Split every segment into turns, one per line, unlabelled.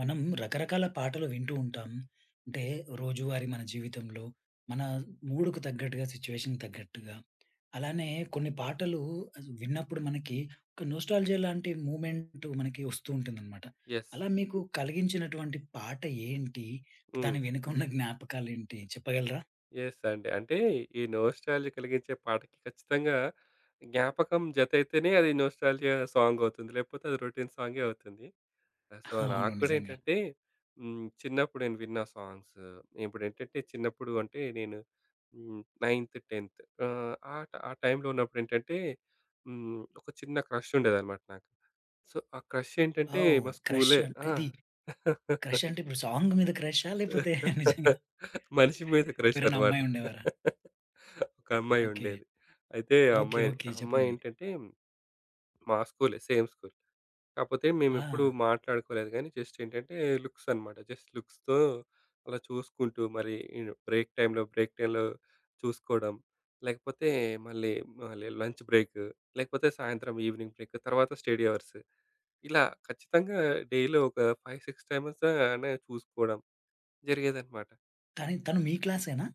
మనం రకరకాల పాటలు వింటూ ఉంటాం. అంటే రోజువారీ మన జీవితంలో, మన మూడ్‌కు తగ్గట్టుగా, సిట్యుయేషన్‌కి తగ్గట్టుగా. అలానే కొన్ని పాటలు అసలు విన్నప్పుడు మనకి ఒక నోస్టాల్జియా లాంటి మూవ్‌మెంట్ మనకి వస్తూ ఉంటుందన్నమాట.
యెస్.
అలా మీకు కలిగించినటువంటి పాట ఏంటి?
హ్మ్.
దాని వెనుక ఉన్న జ్ఞాపకాలేంటి చెప్పగలరా?
యెస్ అండి. అంటే ఈ నోస్టాల్జియా కలిగించే పాటకి ఖచ్చితంగా జ్ఞాపకం జతైతేనే అది నోస్టాల్జియా సాంగ్ అవుతుంది. లేకపోతే అది రొటీన్ సాంగే అవుతుంది. సో,
అవును,
నాకు కూడా
నిజంగా.
ఏంటంటే చిన్నప్పుడు నేను విన్న సాంగ్స్ ఇప్పుడేంటంటే చిన్నప్పుడు అంటే నేను 9త్, 10త్ ఆహ్, ఆ ట ఆ టైంలో ఉన్నప్పుడేంటంటే ఒక చిన్న క్రష్ ఉండేదన్నమాట నాకు. సో, ఆ క్రష్ ఏంటంటే
ఓహ్!
మా
క్రష్
స్కూలే.
ఇది, క్రష్
ఆ!
అంటే ఇప్పుడు సాంగ్ మీద క్రషా? లేపోతే నిజంగా
మనిషి మీద క్రష్
ఎవరైనా
అన్నమాట.
అమ్మాయి ఉండేవారా?
ఒక అమ్మాయి
ఓకే.
ఉండేది. అయితే ఆ
ఓకే.
అమ్మాయి
ఓకే,
ఆ అమ్మాయి
చెప్పండి.
ఏంటంటే మా స్కూలే. Same school. కాపోతే
ఆ!
మేమెప్పుడు మాట్లాడుకోలేదు గానీ జస్ట్ ఏంటంటే లుక్స్ అన్నమాట. జస్ట్ లుక్స్‌తో అలా చూసుకుంటూ మరి బ్రేక్ టైమ్‌లో చూసుకోవడం. లేకపోతే మళ్ళీ మళ్ళీ లంచ్ బ్రేక్. లేకపోతే సాయంత్రం ఈవినింగ్ బ్రేక్. తర్వాత స్టడీ అవర్స్. ఇలా ఖచ్చితంగా డే‌లో ఒక 5, 6 టైమ్స్ అనే చూసుకోవడం జరిగేదన్నమాట.
కానీ తను మీ క్లాసేనా?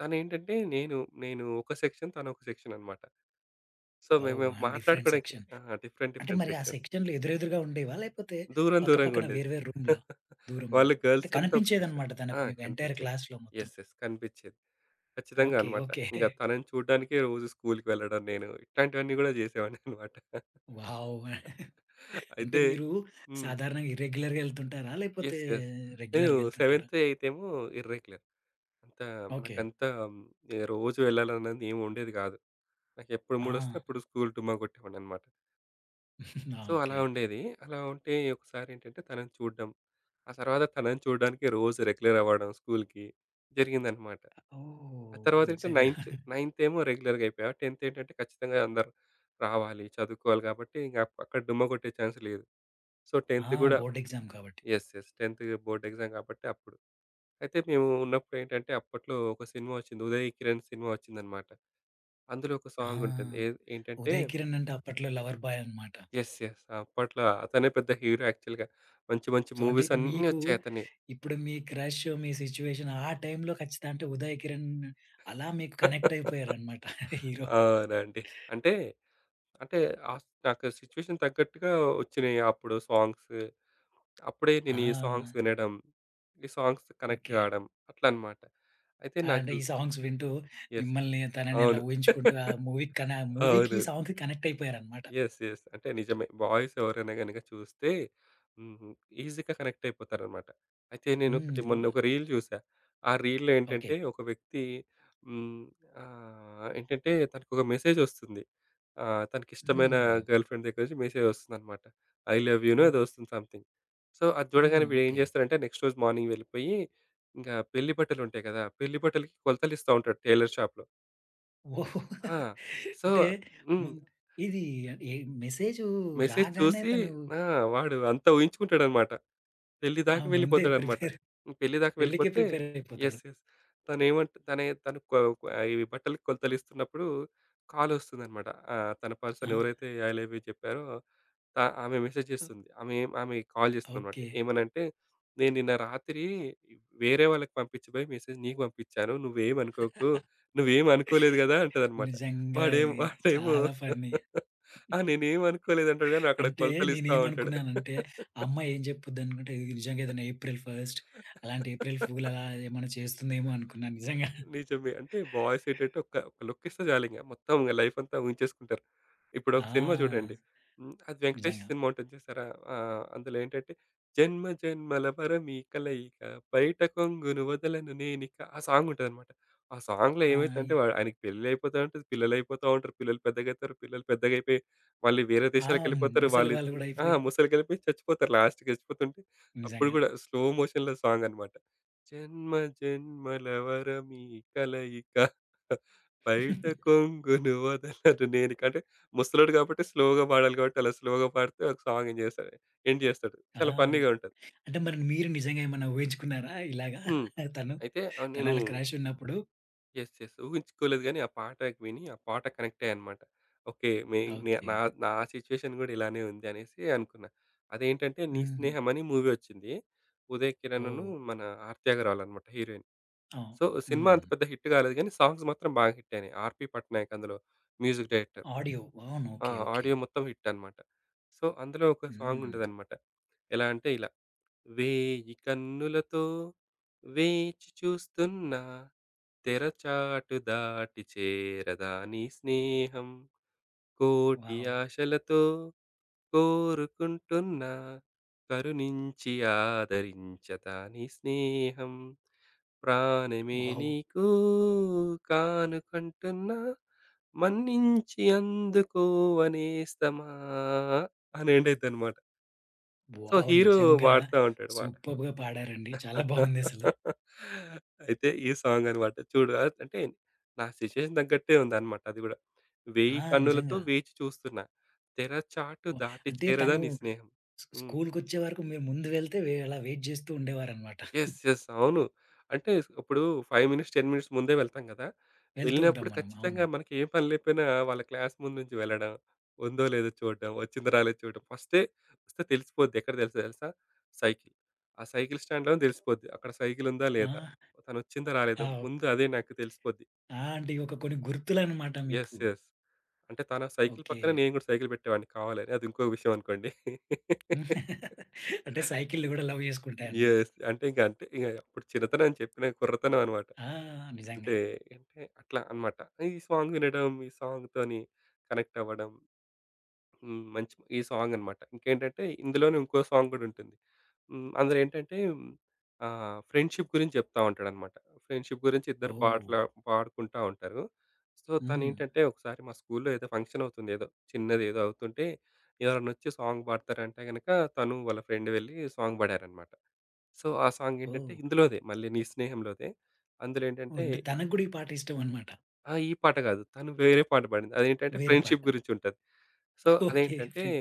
తనేంటంటే నేను ఒక సెక్షన్, తనొక సెక్షన్ అన్నమాట. So,
oh!
మేమేం
ఆ! డిఫరెంట్
మాట్లాడుకోవడానికి
సెక్షన్.
ఆహా! డిఫరెంట్,
అంటే
డిఫరెంట్
మరి ఆ
సెక్షన్స్.
సెక్షన్‌లో ఎదురెదురుగా ఉండేవా? లేకపోతే పక్క
దూరంగా
పక్కన
ఉండేది.
వేరు వేరు రూమ్‌లా? దూరంగా?
వాళ్ళు
అంటే
గర్ల్స్ అంతా ఒక సెక్షన్.
కనిపించేదన్నమాట
ఆ!
తనకు, మీకు ఎంటైర్
కనిపించేది.
క్లాస్‌లో మొత్తం.
యెస్. యెస్. కనిపించేది. ఖచ్చితంగా
ఓకే.
అన్నమాట.
ఓకే.
ఇంక తనని చూడ్డానికే రోజు స్కూలుకి వెళ్ళడం, నేను ఇట్లాంటివన్నీ గూడా జేసేవాడిని అన్నమాట.
వావ్! అంటే
అయితే
మీరు
హ్మ్.
సాధారణంగా ఇర్రెగ్యులర్‌గా ఎళ్తుంటారా? లేకపోతే
యెస్. యెస్. నేను
రెగ్యులర్‌గా ఎళ్తుంటారా?
సెవెంత్, ఎయిత్ ఏమో ఇర్రెగ్యులర్. అంత
ఓకే.
నాకంత మ్, ఏ రోజు వెళ్ళాలన్నది ఏమి ఉండేది గాదు. నాకెప్పుడు
ఆ!
మూడొస్తే అప్పుడు స్కూలు డుమ్మా కొట్టేవాడినన్నమాట.
ఆ!
సో, అలా
ఓకే.
ఉండేది. అలా ఉంటే ఒకసారేంటంటే తనని చూడడం, ఆ తర్వాత తనని చూడడానికి రోజు రెగ్యులర్ అవ్వడం స్కూల్‌కి జరిగిందనమాట. ఆ
ఓహ్!
తర్వాతేంటంటే
నిజంగా.
నైన్త్ నైన్త్ ఏమో రెగ్యులర్‌గా అయిపోయా. 10థ్ ఏంటంటే ఖచ్చితంగా అందరూ రావాలి, చదువుకోవాలి కాబట్టి ఇంక అక్కడ డుమ్మా కొట్టే ఛాన్స్ లేదు. సో, 10థ్
ఆ!
గూడా
బోర్డ్ ఎగ్జామ్ కాబట్టి.
యెస్. యెస్. 10థ్ బోర్డ్ ఎగ్జామ్ కాబట్టి అప్పుడు. అయితే మేము ఉన్నప్పుడేంటంటే అప్పట్లో ఒక సినిమా వచ్చింది. ఉదయ్ కిరణ్ సినిమా వచ్చిందనమాట. అందులో ఒక
ఆ!
సాంగుంటుంది. ఏది ఏంటంటే
ఉదయ్ కిరణ్ అంటే అప్పట్లో లవర్ బాయ్ అన్నమాట.
యెస్. యెస్. అప్పట్లో అతనే పెద్ద హీరో యాక్చువల్‌గా. మంచి మంచి
సో, అంటే
మూవీస్ అన్నీ
మీకు
వచ్చాయి అతనియి.
ఇప్పుడు మీ క్రష్, మీ సిట్యుయేషన్ ఆ టైంలో ఖచ్చితంగా అంటే 'ఉదయ్ కిరణ్' అలా మీకు కనెక్ట్ అయిపోయారనమాట హీరో.
అవునండి. అంటే, అంటే, ఆస్ నాకు సిట్యుయేషన్ తగ్గట్టుగా వచ్చినాయి అప్పుడు సాంగ్స్. అప్పుడే నేను ఈ సాంగ్స్
ఆ!
వినడం, ఈ సాంగ్స్ కనెక్ట్
ఓకే.
కావడం అట్లా అన్నమాట. అయితే
అంటే
నాకు
ఈ సాంగ్స్ వింటూ
యెస్.
మిమ్మల్ని, తనని అలా
అవును.
ఊహించుకుంటూ ఆ మూవీకి, మూవీకి,
అవును.
ఈ సాంగ్‌కి కనెక్ట్ అయిపోయారనమాట.
యెస్. యెస్. అంటే నిజమే. బాయ్స్ ఎవరైనా గనుక చూస్తే హ్మ్. ఈజీగా కనెక్ట్ అయిపోతారనమాట. అయితే నేనొకటి
హ్మ్.
మొన్న ఒక రీల్ చూసా. ఆ రీల్‌లో
ఓకే.
ఏంటంటే ఒక వ్యక్తి హ్మ్. ఏంటంటే తనకొక మెసేజొస్తుంది. తనకిష్టమైన
హ్మ్.
గర్ల్‌ఫ్రెండ్ దగ్గర నుంచి మెసేజొస్తుందనమాట. I love you know
oh!
ఏదో వస్తుంది సంథింగ్. సో, అది
హ్మ్.
చూడగానే వీడేం
ఓకే.
చేస్తాడంటే నెక్స్ట్ రోజు మార్నింగ్ వెళ్ళిపోయి ఇంకా పెళ్లి బట్టలుంటాయి కదా! పెళ్లి బట్టలకి కొలతలిస్తా ఉంటాడు టైలర్ షాప్‌లో.
ఓహ్!
ఆ! సో
అంటే
హ్మ్.
ముం ఇది ఏ మెసేజు
మెసేజ్
రాగానే
చూసి
తను
ఆ! వాడు అంతా ఊహించుకుంటాడనమాట. పెళ్లి
ఆ!
దాకా
ముందే
వెళ్ళిపోతాడనమాట.
ప్రిపేర్,
పెళ్లి దాకా
పెళ్ళికే
వెళ్ళిపోతే
ప్రిపేర్ అయిపోతాడు.
యెస్. యెస్. తనేమంట తనే తను కొ కొ ఆ ఇవి బట్టలకి కొలతలిస్తున్నప్పుడు కాలొస్తుందనమాట. తన
ఆ!
పర్సన్ ఎవరైతే ఐ లవ్ యూ చెప్పారో త ఆమె మెసేజ్ చేస్తుంది. ఆమె కాల్ చేస్తుందనమాట.
ఓకే.
ఏమనంటే, "నేను నిన్న రాత్రి వేరే వాళ్ళకి పంపించబోయి మెసేజ్ నీకు పంపించాను. నువ్వేం అనుకోకు. నువ్వేం అనుకోలేదు కదా!" అంటదనమాట.
నిజంగా
వాడేమో
ఇది
వాడేమో
చాలా ఫన్నీ.
ఆ! నేనేం అనుకోలేదంటాడు గానీ అక్కడ
అంటే
కొలతలిస్తా ఉంటాడు.
నేనేమనుకున్నానంటే, ఆ అమ్మాయి ఏం చెప్పొద్దనుకుంటే, ఇది నిజంగా ఏదైనా ఏప్రిల్ ఫస్ట్ అలాంటి ఏప్రిల్ ఫూల్ అలా ఏమైనా చేస్తుందేమో అనుకున్నాను నిజంగా.
నిజమే. అంటే బాయ్స్ ఏంటంటే ఒక్క లుక్ ఇస్తే చాలింక మొత్తం ఇంగ లైఫ్ అంతా ఊహించేసుకుంటారు. ఇప్పుడొక సినిమా చూడండి.
ఆ!
హ్మ్. అది 'వెంకటేష్'
నిజంగా.
సినిమా ఉంటుంది చూసారా? అందులో ఏంటంటే 'జన్మ జన్మల వరమీ కలయిక బయట కొంగును వదలను నేనిక' ఆ సాంగ్ ఉంటదనమాట. ఆ సాంగ్‌లో
ఆ! ఈ
ఏమైతుందంటే వాడు ఆయనకి పెళ్లయిపోతా ఉంటది. పిల్లలయిపోతా ఉంటారు. పిల్లలు పెద్దగయితారు. పిల్లలు పెద్దగయిపోయి మళ్ళీ వేరే
ఆ!
దేశాలకెళ్ళిపోతారు.
ముసలి
వాళ్ళు
వాళ్ళు గూడా
ఆ!
అయిపోయి
ముసలికెళ్ళిపోయి చచ్చిపోతారు. లాస్ట్‌కి చచ్చిపోతుంటే అప్పుడు
నిజంగా.
గూడా స్లో మోషన్‌లో సాంగనమాట. జన్మ జన్మల వరమీ కలయిక బయట కొంగును వదలరు నేను అంటే ముసలోడు కాబట్టి స్లోగా పాడాలి కాబట్టి అలా స్లోగా పాడితే ఒక సాంగ్ ఏం చేస్తాడు, ఎండ్ చేస్తాడు.
ఆ!
చాలా ఫన్నీగా ఉంటుంది.
అంటే మరి మీరు నిజంగా ఏమన్నా ఊహించుకున్నారా ఇలాగా
ఉమ్,
తను,
అయితే ఆ నేను
తనలా క్రష్ ఉన్నప్పుడు?
ఎస్ ఎస్ ఊహించుకోలేదు కానీ ఆ పాట విని ఆ పాట కనెక్ట్ అయ్యానమాట. ఓకే మే
ఓకే.
నా నా సిచ్యువేషన్ కూడా ఇలానే ఉంది అనేసి అనుకున్నా. అదేంటంటే 'నీ
హ్మ్.
స్నేహం' అని మూవీ వచ్చింది. ఉదయ్ కిరణ్ను,
ఓహ్!
మన ఆర్త్యాగరావాలన్నమాట హీరోయిన్.
ఆ!
సో, సినిమా
హ్మ్.
అంత పెద్ద హిట్ గాలేదు గానీ, సాంగ్స్ మాత్రం బాగా హిట్ అయినాయి. 'ఆర్‌పీ పట్నాయక్' అందులో మ్యూజిక్ డైరెక్టర్.
ఆడియో. అవును.
ఆ!
ఓకే. ఓకే.
ఆడియో మొత్తం హిట్ అన్నమాట. సో, అందులో ఒక సాంగ్
హ్మ్.
ఉంటదన్నమాట. ఎలా అంటే ఇలా, వేయి కన్నులతో వేచి చూస్తున్నా, తెరచాటు దాటి చేరదా నీ స్నేహం, కోటి
వావ్!
ఆశలతో కోరుకుంటున్నా కరుణించి ఆదరించదా నీ స్నేహం, ప్రాణమే
వావ్!
నీకు కానుకంటున్నా మన్నించి అందుకో అనేస్తమా అని ఎండ్ అవుతుంది అనమాట. So
wow!
హీరో
నిజంగా
పాడుతా ఉంటాడు మాట.
సూపర్‌గా పాడారండి. చాలా బాగుందసలు.
అయితే ఈ సాంగ్ అనమాట. చూడు అంటే నా సిట్యుయేషన్ తగ్గట్టే ఉందనమాట అది గూడా.
ఆ!
"వేయి కన్నులతో
నిజంగా.
వేచి చూస్తున్నా, తెరచాటు
ఓహ్!
దాటి
అంటే
చేరదా
తను
నీ స్నేహం." హ్మ్.
స్కూలుకొచ్చే వరకు మీరు ముందు వెళ్తే అలా వెయిట్ చేస్తూ ఉండేవారనమాట.
యెస్. యెస్. అవును. అంటే ఇప్పుడు 5 మినిట్స్, 10 మినిట్స్ ముందే వెళ్తాం కదా!
వెళ్తూ ఉంటాం
వెళ్ళినప్పుడు
మనం. అవును.
ఖచ్చితంగా మనకి ఏ పని లేకపోయినా వాళ్ళ క్లాస్ ముందు నుంచి వెళ్ళడం, ఉందో లేదో చూడడం, వచ్చిందో రాలేదో చూడడం. ఫస్టే వస్తే తెలిసిపోద్ది. ఎక్కడ తెలుస్తదో తెలుసా? సైకిల్. ఆ సైకిల్ స్టాండ్‌లోనే తెలిసిపోద్ది. అక్కడ సైకిల్ ఉందా?
ఆ!
లేదా? తనొచ్చిందా? రాలేదా?
ఆ!
ముందు అదే నాకు తెలిసిపోద్ది.
ఆ! అంటే ఇవి ఒక కొన్ని గుర్తులనమాట మీకు.
యెస్. యెస్. అంటే తన సైకిల్
ఓకే.
పక్కన నేను కూడా సైకిల్ పెట్టేవాడిని కావాలని. అది ఇంకో విషయం అనుకోండి.
అంటే సైకిల్‌ని కూడా లవ్ చేసుకుంటాయనమాట.
యెస్. అంటే ఇంక అంటే ఇగ అప్పుడు చిన్నతనం అని చెప్పిన కుర్రతనం అనమాట.
ఆ! నిజంగా.
అంటే అంటే అట్లా అనమాట. ఈ సాంగ్ వినడం, ఈ సాంగ్‌తోని కనెక్ట్ అవ్వడం. హ్మ్. మంచి ఈ సాంగ్ అనమాట. ఇంకేంటంటే ఇందులోనే ఇంకో సాంగ్ గూడా ఉంటుంది. హ్మ్. అందులో ఏంటంటే ఫ్రెండ్‌షిప్ గురించి చెప్తా ఉంటాడనమాట. ఫ్రెండ్‌షిప్ గురించి ఇద్దరు
ఓహ్!
పాటలు పాడుకుంటా ఉంటారు. సో,
హ్మ్.
తనేంటంటే ఒకసారి మా స్కూల్‌లో ఏదో ఫంక్షన్ అవుతుంది ఏదో. చిన్నది ఏదో అవుతుంటే ఎవరైనా వచ్చి సాంగ్ పాడతారంటే గనక తను వాళ్ళ ఫ్రెండ్ వెళ్ళి సాంగ్ పాడారనమాట. సో, ఆ సాంగేంటంటే
ఓహ్!
ఇందులోదే మళ్ళీ 'నీ స్నేహంలోదే.' అందులో ఏంటంటే
అంటే తనకు కూడా ఈ పాట ఇష్టమనమాట.
ఆ! ఈ పాట కాదు. తను వేరే పాట పాడింది. అదేంటంటే
వేరే పాట.
ఫ్రెండ్‌షిప్ గురించి ఉంటది. So,
okay.
అదేంటంటే
ఫ్రెండ్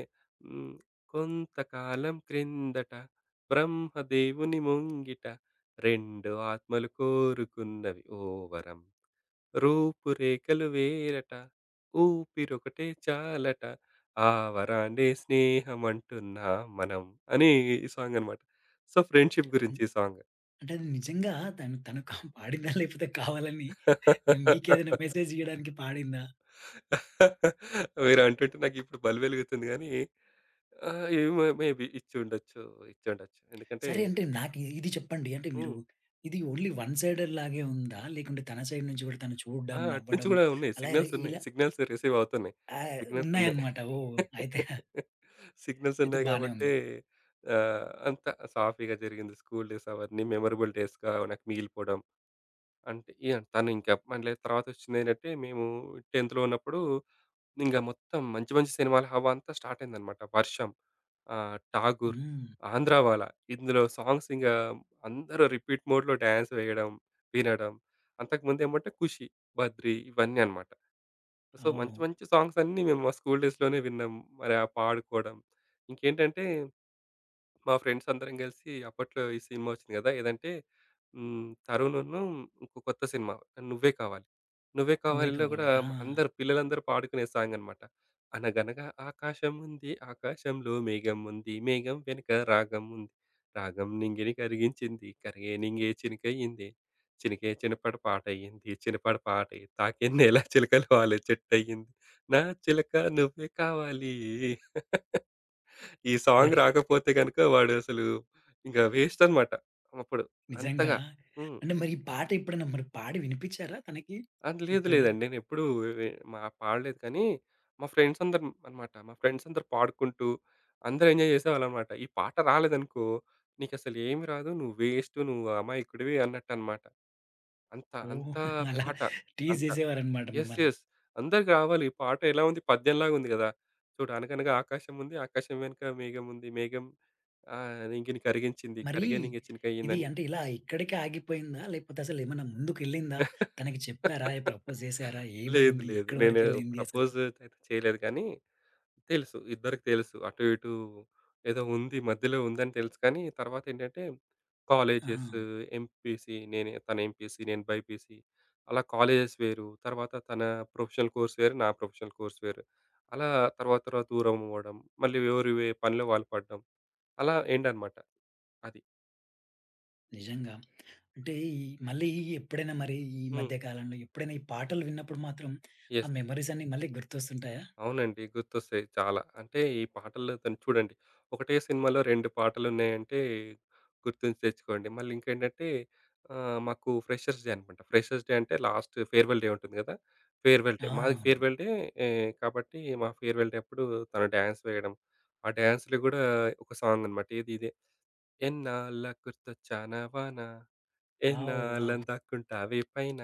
హ్మ్, కొంతకాలం క్రిందట బ్రహ్మదేవుని ముంగిట రెండు ఆత్మలు కోరుకున్నవి ఓ వరం. రూపురేఖలు వేరట ఊపిరొకటే చాలట ఆ వరాన్నే స్నేహం అంటున్నాం మనం అని ఈ సాంగనమాట. సో, ఫ్రెండ్‌షిప్ గురించి ఈ సాంగ్.
అంటే అది నిజంగా తను తను పాడిందా? లేకపోతే కావాలని మీకేదైనా మెసేజ్ ఇయ్యడానికి పాడిందా?
మీరు అంటుంటే నాకిప్పుడు బల్లు వెలుగుతుంది గానీ, ఏమో మేబీ ఇచ్చుండొచ్చు, ఇచ్చుండొచ్చు. ఎందుకంటే
సరే, అంటే నాకు ఇది చెప్పండి. అంటే మీరు
హ్మ్.
ఇది ఓన్లీ వన్ సైడెడ్ లాగే ఉందా? లేకుంటే తన సైడ్ నుంచి కూడా తను చూడడం,
ఆ! అటు నుంచి
నవ్వడం
గూడా ఉన్నాయి.
అలా ఇలా
సిగ్నల్స్ ఉన్నాయి.
ఇలా
సిగ్నల్స్ రిసీవ్ అవుతున్నాయి. సిగ్నల్స్ ఉన్నాయి.
ఉన్నాయన్నమాట. ఓహ్! అయితే
సిగ్నల్స్
అయితే
ఉన్నాయి
బానే ఉంది.
గాబట్టే అంత సాఫీగా జరిగింది. స్కూల్ డేస్ అవన్నీ మెమరబుల్ డేస్‌గా నాకు మిగిలిపోవడం. అంటే ఇ తను ఇంకా మళ్ళీ తర్వాతొచ్చిందేంటంటే, మేము 10థ్ ఉన్నప్పుడు ఇంగ మొత్తం మంచి మంచి సినిమాల హవా అంతా స్టార్ట్ అయిందనమాట. 'వర్షం', 'ఠాగూర్',
హ్మ్.
'ఆంధ్రావాల' ఇందులో సాంగ్స్ ఇంగ అందరూ రిపీట్ మోడ్‌లో డాన్స్ వేయడం, వినడం. అంతకుముందేమంటే 'ఖుషి', 'బద్రి' ఇవన్నీ అనమాట. So,
oh!
మంచి మంచి సాంగ్స్ అన్నీ మేము మా స్కూల్ డేస్‌లోనే విన్నాం. మరి ఆ పాడుకోవడం. ఇంకేంటంటే మా ఫ్రెండ్స్ అందరం కలిసి అప్పట్లో ఈ సినిమా వచ్చింది కదా! ఏదంటే హ్మ్. 'తరుణ్‌ను' ఇంకో కొత్త సినిమా 'నువ్వే కావాలి'. 'నువ్వే
నువ్వే
కావాలి'లో కూడా
కావాలి. ఆ!
పిల్లలందరూ పాడుకునే సాంగ్ అనమాట. అనగనగా ఆకాశముంది ఆకాశంలో మేఘముంది మేఘం వెనుక రాగముంది రాగం నింగిని కరిగించింది కరిగే నింగే చినికయ్యింది చినికే చినపడ పాటయ్యింది చినపడ పాటై తాకే నేల చిలకలు వాలే చెట్టయ్యింది నా చిలక నువ్వే కావాలి. ఈ సాంగ్
మరి
రాకపోతే గనుక వాడు అసలు ఇంకా వేస్ట్ అనమాట. అప్పుడు
నిజంగా
అంతగా. హ్మ్.
అంటే మరి ఈ పాట ఎప్పుడైనా మరి పాడి వినిపించారా తనకి?
అది లేదు
ఎప్పుడైనా?
లేదండి. నేనెప్పుడూ వె మా పాడలేదు కానీ, మా ఫ్రెండ్స్ అందరం అనమాట. మా ఫ్రెండ్స్ అందరూ పాడుకుంటూ అందరూ ఎంజాయ్ చేసేవాళ్ళనమాట. ఈ పాట రాలేదనుకో, నీకసలు ఏమి రాదు. నువ్వు వేస్ట్. నువ్వు అమాయకుడివి అన్నట్టనమాట. అంత అంత
ఓహ్! అలా
పాట.
టీజ్
అంత
చేసేవారన్నమాట
యెస్.
మిమ్మల్ని.
యెస్. అందరికి రావాలి. ఈ పాట ఎలా ఉంది? పద్యంలాగా ఉంది గదా! చూడు అనగనగా ఆకాశం ఉంది. ఆకాశం వెనుక మేఘం ఉంది. మేఘం నింగిని కరిగించింది.
మరి
కరిగే నింగ
ఇది
చినుకయిందని.
అంటే ఇలా ఇక్కడికే ఆగిపోయిందా? లేకపోతే అసలేమన్నా ముందుకెళ్ళిందా? తనకి చెప్పారా? ప్రపోజ్ చేసారా?
లేదు.
ఏమైంది?
లేదు.
ఎక్కడి
నేను
వరకెళ్ళింది అసలు?
ప్రపోజ్ అయితే చేయలేదు కానీ తెలుసు. ఇద్దరికి తెలుసు. అటు ఇటు ఏదో ఉంది. మధ్యలో ఉందని తెలుసు కానీ తర్వాతేంటంటే
ఆహా!
కాలేజెస్ ఎంపీసీ నేను తను ఎంపీసీ, నేను బైపీసీ అలా కాలేజెస్ వేరు. తర్వాత తన ప్రొఫెషనల్ కోర్స్ వేరు. నా ప్రొఫెషనల్ కోర్స్ వేరు. అలా తర్వాత తర్వాత దూరం అవ్వడం. మళ్ళీ ఎవరి వే పనిలో వాళ్ళు పడడం. అలా ఎండ్ అనమాట. అది.
నిజంగా. అంటే ఈ మళ్ళీ ఎప్పుడైనా మరి ఈ
హ్మ్.
మధ్య కాలంలో ఎప్పుడైనా ఈ పాటలు విన్నప్పుడు మాత్రం ఆ
యెస్.
మెమోరీస్ అన్నీ మళ్ళీ గుర్తొస్తుంటాయా?
అవునండి. గుర్తొస్తాయి చాలా. అంటే ఈ పాటల్లోతోని చూడండి. ఒకటే సినిమాలో 2 పాటలున్నాయంటే గుర్తుంచి తెచ్చుకోండి. మళ్ళీ ఇంకేంటంటే మాకు ఫ్రెషర్స్ డే అనమాట. ఫ్రెషర్స్ డే అంటే లాస్ట్ ఫేర్‌వెల్ డే ఉంటుంది గదా! ఫేర్‌వెల్
ఆ!
డే. మాది
అవును.
ఫేర్‌వెల్ డే కాబట్టి మా ఫేర్‌వెల్ డే అప్పుడు తను డాన్స్ వేయడం. ఆ డాన్స్‌లో గూడా ఒక సాంగ్ అనమాట. ఏది ఇదే. ఎన్నాళ్ళకు గుర్తొచ్చానవా నా
వావ్! వావ్!
ఎన్నాళ్ళని దాక్కుంటావే పైన,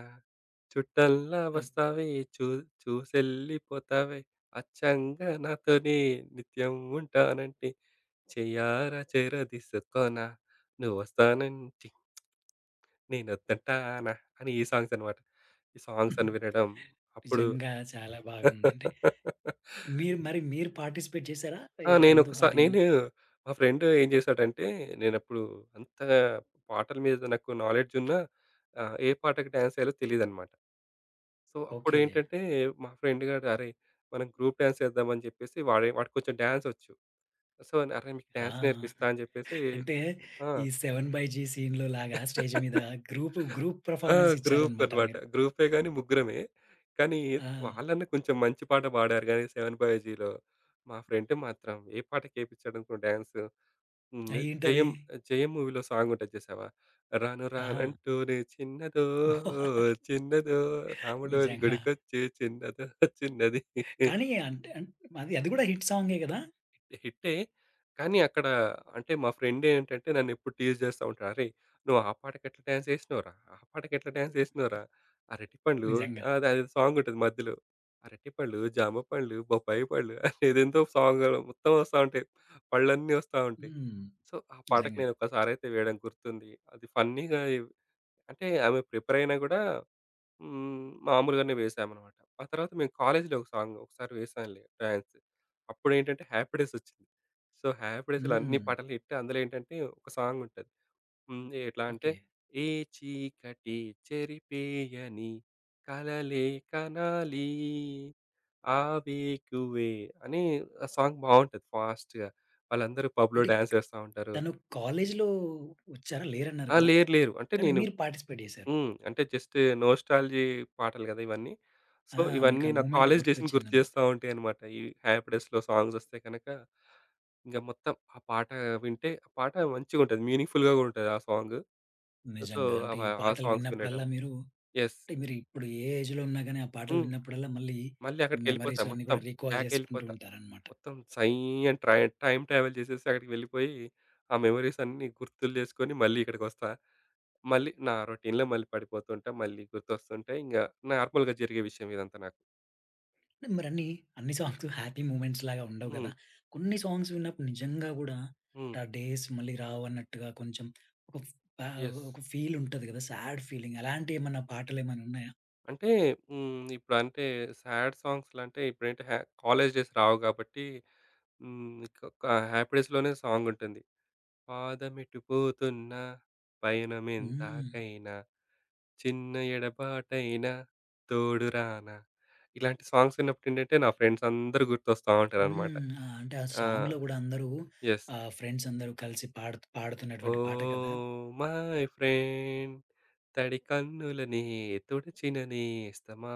చుట్టంలా వస్తావే చూ చూసెళ్ళిపోతావే, అచ్చంగా నాతోనే నిత్యం ఉంటానంటే, చెయ్యారా చేరదీసుకోనా, నువ్వొస్తానంటి నేనొద్దంటానా అని ఈ సాంగ్స్ అనమాట. ఈ సాంగ్స్
ఓహ్!
అని వినడం అప్పుడు.
నిజంగా చాలా బాగుందండి. మీరు పార్టిసిపేట్ చేసారా?
ఆ!
తనతో పాటు ఏమైనా?
నేను మా ఫ్రెండ్ ఏం చేశాడంటే, నేనప్పుడు అంతగా పాటల మీద నాకు నాలెడ్జ్ ఉన్నా ఏ పాటకి డాన్స్ చేయాలో తెలీదనమాట. So,
okay.
అప్పుడేంటంటే, మా ఫ్రెండ్ గాడు "అరేయ్! మనం గ్రూప్ డాన్స్ ఏద్దామని" చెప్పేసి వాడే వాడికి కొంచెం డాన్స్ వచ్చు. సో, "అరేయ్! మీకు
ఆ!
డాన్స్ నేర్పిస్తా" అని చెప్పేసి
అంటే
ఆ!
ఈ 'సెవెన్ బై జీ' సీన్‌లో లాగా స్టేజ్ మీద గ్రూప్
ఆ!
పెర్ఫార్మన్స్
గ్రూప్
ఇచ్చారన్నమాట
అన్నమాట.
మీరు.
గ్రూపే గాని ముగ్గురమే. కానీ
ఆ!
వాళ్ళన్నా కొంచెం మంచి పాట పాడారు గానీ 'సెవెన్ బైజీలో' మా ఫ్రెండ్ మాత్రం ఏ పాటకేపిచ్చాడనుకో డాన్స్. హ్మ్.
ఏంటది?
'జయం' 'జయం' మూవీలో సాంగ్ ఉంటది చూసావా? "రాను
ఆహా!
రానంటూనే చిన్నదో చిన్నదో రాములోరి
నిజంగా.
గుడికొచ్చే చిన్నదో చిన్నది."
కానీ అంటే అది, అది కూడా హిట్ సాంగే గదా!
హిట్టే. కానీ అక్కడ అంటే మా ఫ్రెండ్ ఏంటంటే నన్నెప్పుడు టీజ్ చేస్తా ఉంటాడు. "అరేయ్! నువ్వు ఆ పాటకి ఎట్లా డాన్స్ ఏసినావురా? ఆ పాటకి ఎట్లా డాన్స్ ఏసినావురా? అరటి పండ్లు"
నిజంగా.
అది అదేదో సాంగ్ ఉంటది మధ్యలో. "అరటి పళ్ళు, జామ పళ్ళు, బొప్పాయి పళ్ళు" అని ఏదేందో సాంగ్ మొత్తం వస్తా ఉంటాయి. పళ్ళన్నీ వస్తా ఉంటాయి.
హ్మ్.
సో, ఆ పాటకి
నిజంగా.
నేను ఒక్కసారైతే వేయడం గుర్తుంది. అది ఫన్నీగా. అంటే ఆమె ప్రిపేర్ అయినా గూడా హ్మ్. మామూలుగానే వేసామనమాట. ఆ తర్వాత మేము కాలేజీలో ఒక సాంగ్ ఒకసారి వేసానులే డాన్స్. అప్పుడేంటంటే 'హ్యాపీడేస్' వచ్చింది. సో, 'హ్యాపీడేస్‌లో' అన్ని
హ్మ్.
పాటలు హిట్. అందులో ఏంటంటే ఒక సాంగ్ ఉంటది. హ్మ్. ఎట్లా అంటే
ఓకే.
ఏ చీకటి చెరిపేయని కలలే కనాలి ఆవేకువే అని ఆ సాంగ్ బావుంటది ఫాస్ట్‌గా. వాళ్ళందరూ పబ్‌లో
అంటే
డాన్స్ వేస్తా ఉంటారు.
తను కాలేజ్‌లో వచ్చారా? లేరన్నారు
ఆ!
కదా!
లేరు లేరు. అంటే
కానీ
నేను
మీరు పార్టిసిపేట్ చేశారు.
హ్మ్. అంటే జస్ట్ నోస్టాల్జీ పాటలు గదా! ఇవన్నీ. సో,
ఆ! మీకు
ఇవన్నీ
ఆ
నా
మూమెంట్
కాలేజ్ డేస్‌ని గుర్తు
గుర్తొచ్చిందన్నమాట.
చేస్తా ఉంటాయన్నమాట. ఈ 'హ్యాపీ డేస్‌లో' సాంగ్సొస్తే గనక, ఇంక మొత్తం ఆ పాట వింటే, ఆ పాట మంచిగుంటది. మీనింగ్‌ఫుల్‌గా గూడా ఉంటది ఆ సాంగు. సో,
నిజంగా. అంటే
అవ
ఈ
ఆ
పాటలు
సాంగ్స్
విన్నప్పుడల్లా
వినడం.
మీరు,
యెస్.
అంటే మీరు ఇప్పుడు ఏ ఏజ్‌లో ఉన్నా గాని ఆ పాటలు
హ్మ్.
విన్నప్పుడల్లా మళ్ళీ
మళ్ళీ
ఆ
అక్కడికెళ్ళిపోతా
మెమోరీస్ అన్నీ
మొత్తం.
కూడా రీకాల్ చేసుకుంటూ
బ్యాకెళ్ళిపోతా.
ఉంటారనమాట.
మొత్తం సై అని ట్రై టైమ్ ట్రావెల్ చేసేసి అక్కడికి వెళ్ళిపోయి, ఆ మెమోరీసన్నీ గుర్తులు చేసుకొని మళ్ళీ ఇక్కడికొస్తా. మళ్ళీ నా రొటీన్‌లో మళ్ళీ పడిపోతుంటా. మళ్ళీ గుర్తొస్తుంటే ఇంగ నార్మల్‌గా జరిగే విషయం ఇదంతా నాకు.
మరి అన్ని సాంగ్స్ హ్యాపీ మూమెంట్స్ లాగా ఉండవు గదా!
హ్మ్.
కొన్ని సాంగ్స్ విన్నప్పుడు నిజంగా గూడా
హ్మ్.
ఆ డేస్ మళ్ళీ రావు అన్నట్టుగా కొంచెం ఒక ఫ్ ఆహ్,
యెస్.
ఒక ఫీల్ ఉంటది గదా! సాడ్ ఫీలింగ్ అలాంటి ఏమన్నా పాటలేమైనా ఉన్నాయా?
అంటే హ్మ్. ఇప్పుడంటే సాడ్ సాంగ్స్‌లంటే ఇప్పుడేంటి కాలేజ్ డేస్ రావు గాబట్టి హ్మ్. క క హ్యాపీ డేస్‌లోనే సాంగుంటుంది. పాదమెటు పోతున్నా
హ్మ్.
పయనమెందాకైనా చిన్న ఎడబాటైనా తోడు రానా ఇలాంటి సాంగ్స్ విన్నప్పుడేంటంటే నా ఫ్రెండ్స్ అందరూ గుర్తొస్తా ఉంటారనమాట.
హ్మ్. ఆ! అంటే ఆ
ఆ!
సాంగ్‌లో గూడా అందరూ
యెస్.
ఫ్రెండ్స్ అందరూ కలిసి
ఓ
పాడుతున్నటువంటి పాట కదా అది.
మై ఫ్రెండ్ తడి కన్నులని తుడిచిన నేస్తమా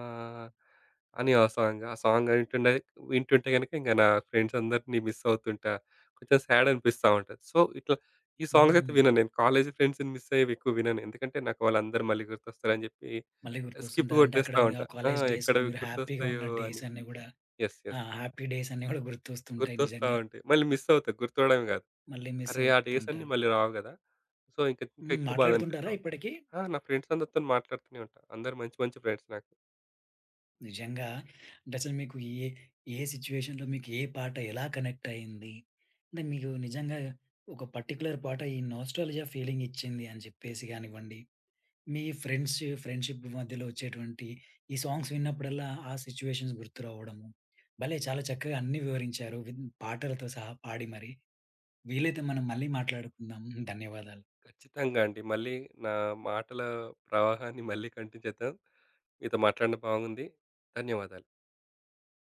అని ఆ సాంగ్. ఆ సాంగ్ వింటుంటే గనుక ఇంక నా ఫ్రెండ్స్ అందరిని మిస్ అవుతుంటా. కొంచెం సాడ్ అనిపిస్తా ఉంటది. సో, ఇట్లా ఈ సాంగ్స్ అయితే
హ్మ్.
వినను నేను. కాలేజ్ ఫ్రెండ్స్‌ని మిస్ అయ్యేవి ఎక్కువ వినను. ఎందుకంటే నాకు వాళ్ళందరూ మళ్ళీ గుర్తొస్తారని చెప్పి
మళ్ళీ
స్కిప్
గుర్తొస్తుంటారు. అంటే అక్కడ
కొట్టేస్తా
మీ ఆ
ఉంటా. ఆ!
కాలేజ్ డేస్‌లో
ఎక్కడవి
మీరు హ్యాపీగా ఉన్న
గుర్తొస్తాయో
డేస్
అని.
అన్నీ గూడా
యెస్.
ఆ!
యెస్.
హ్యాపీ డేస్ అన్నీ గూడా గుర్తొస్తుంటాయి
గుర్తొస్తా
నిజంగా.
ఉంటాయి. మళ్ళీ మిస్ అవుతా. గుర్తుండడమే కాదు.
మళ్ళీ మిస్
అరే! ఆ డేస్ అన్నీ
అవుతుంటారు.
మళ్ళీ రావు గదా! సో, ఇంక ఇంకా
హ్మ్.
ఎక్కువ బాధ అనిపిస్తా
మాట్లాడుతుంటారా
ఉంటుంది.
ఇప్పటికి?
ఆ! నా ఫ్రెండ్స్ అందరితోని మాట్లాడుతూనే ఉంటా. అందరూ మంచి మంచి ఫ్రెండ్స్ నాకు.
నిజంగా, అంటే అసలు మీకు ఏ, ఏ సిట్యుయేషన్‌లో మీకు ఏ పాట ఎలా కనెక్ట్ అయింది? అంటే మీకు నిజంగా ఒక పర్టిక్యులర్ పాట ఈ నోస్టాల్జియా ఫీలింగ్ ఇచ్చింది అని చెప్పేసి గానివ్వండి, మీ ఫ్రెండ్స్, ఫ్రెండ్‌షిప్ మధ్యలో వచ్చేటువంటి ఈ సాంగ్స్ విన్నప్పుడల్లా ఆ సిట్యుయేషన్స్ గుర్తు రావడము. భలే, చాలా చక్కగా అన్నీ వివరించారు, విన్ పాటలతో సహా పాడి మరి. వీలైతే మనం మళ్ళీ మాట్లాడుకుందాం. ధన్యవాదాలు.
ఖచ్చితంగా అండి. మళ్ళీ నా మాటల ప్రవాహాన్ని మళ్ళీ కంటిన్యూ చేద్దాం. మీతో మాట్లాడడం బాగుంది. ధన్యవాదాలు.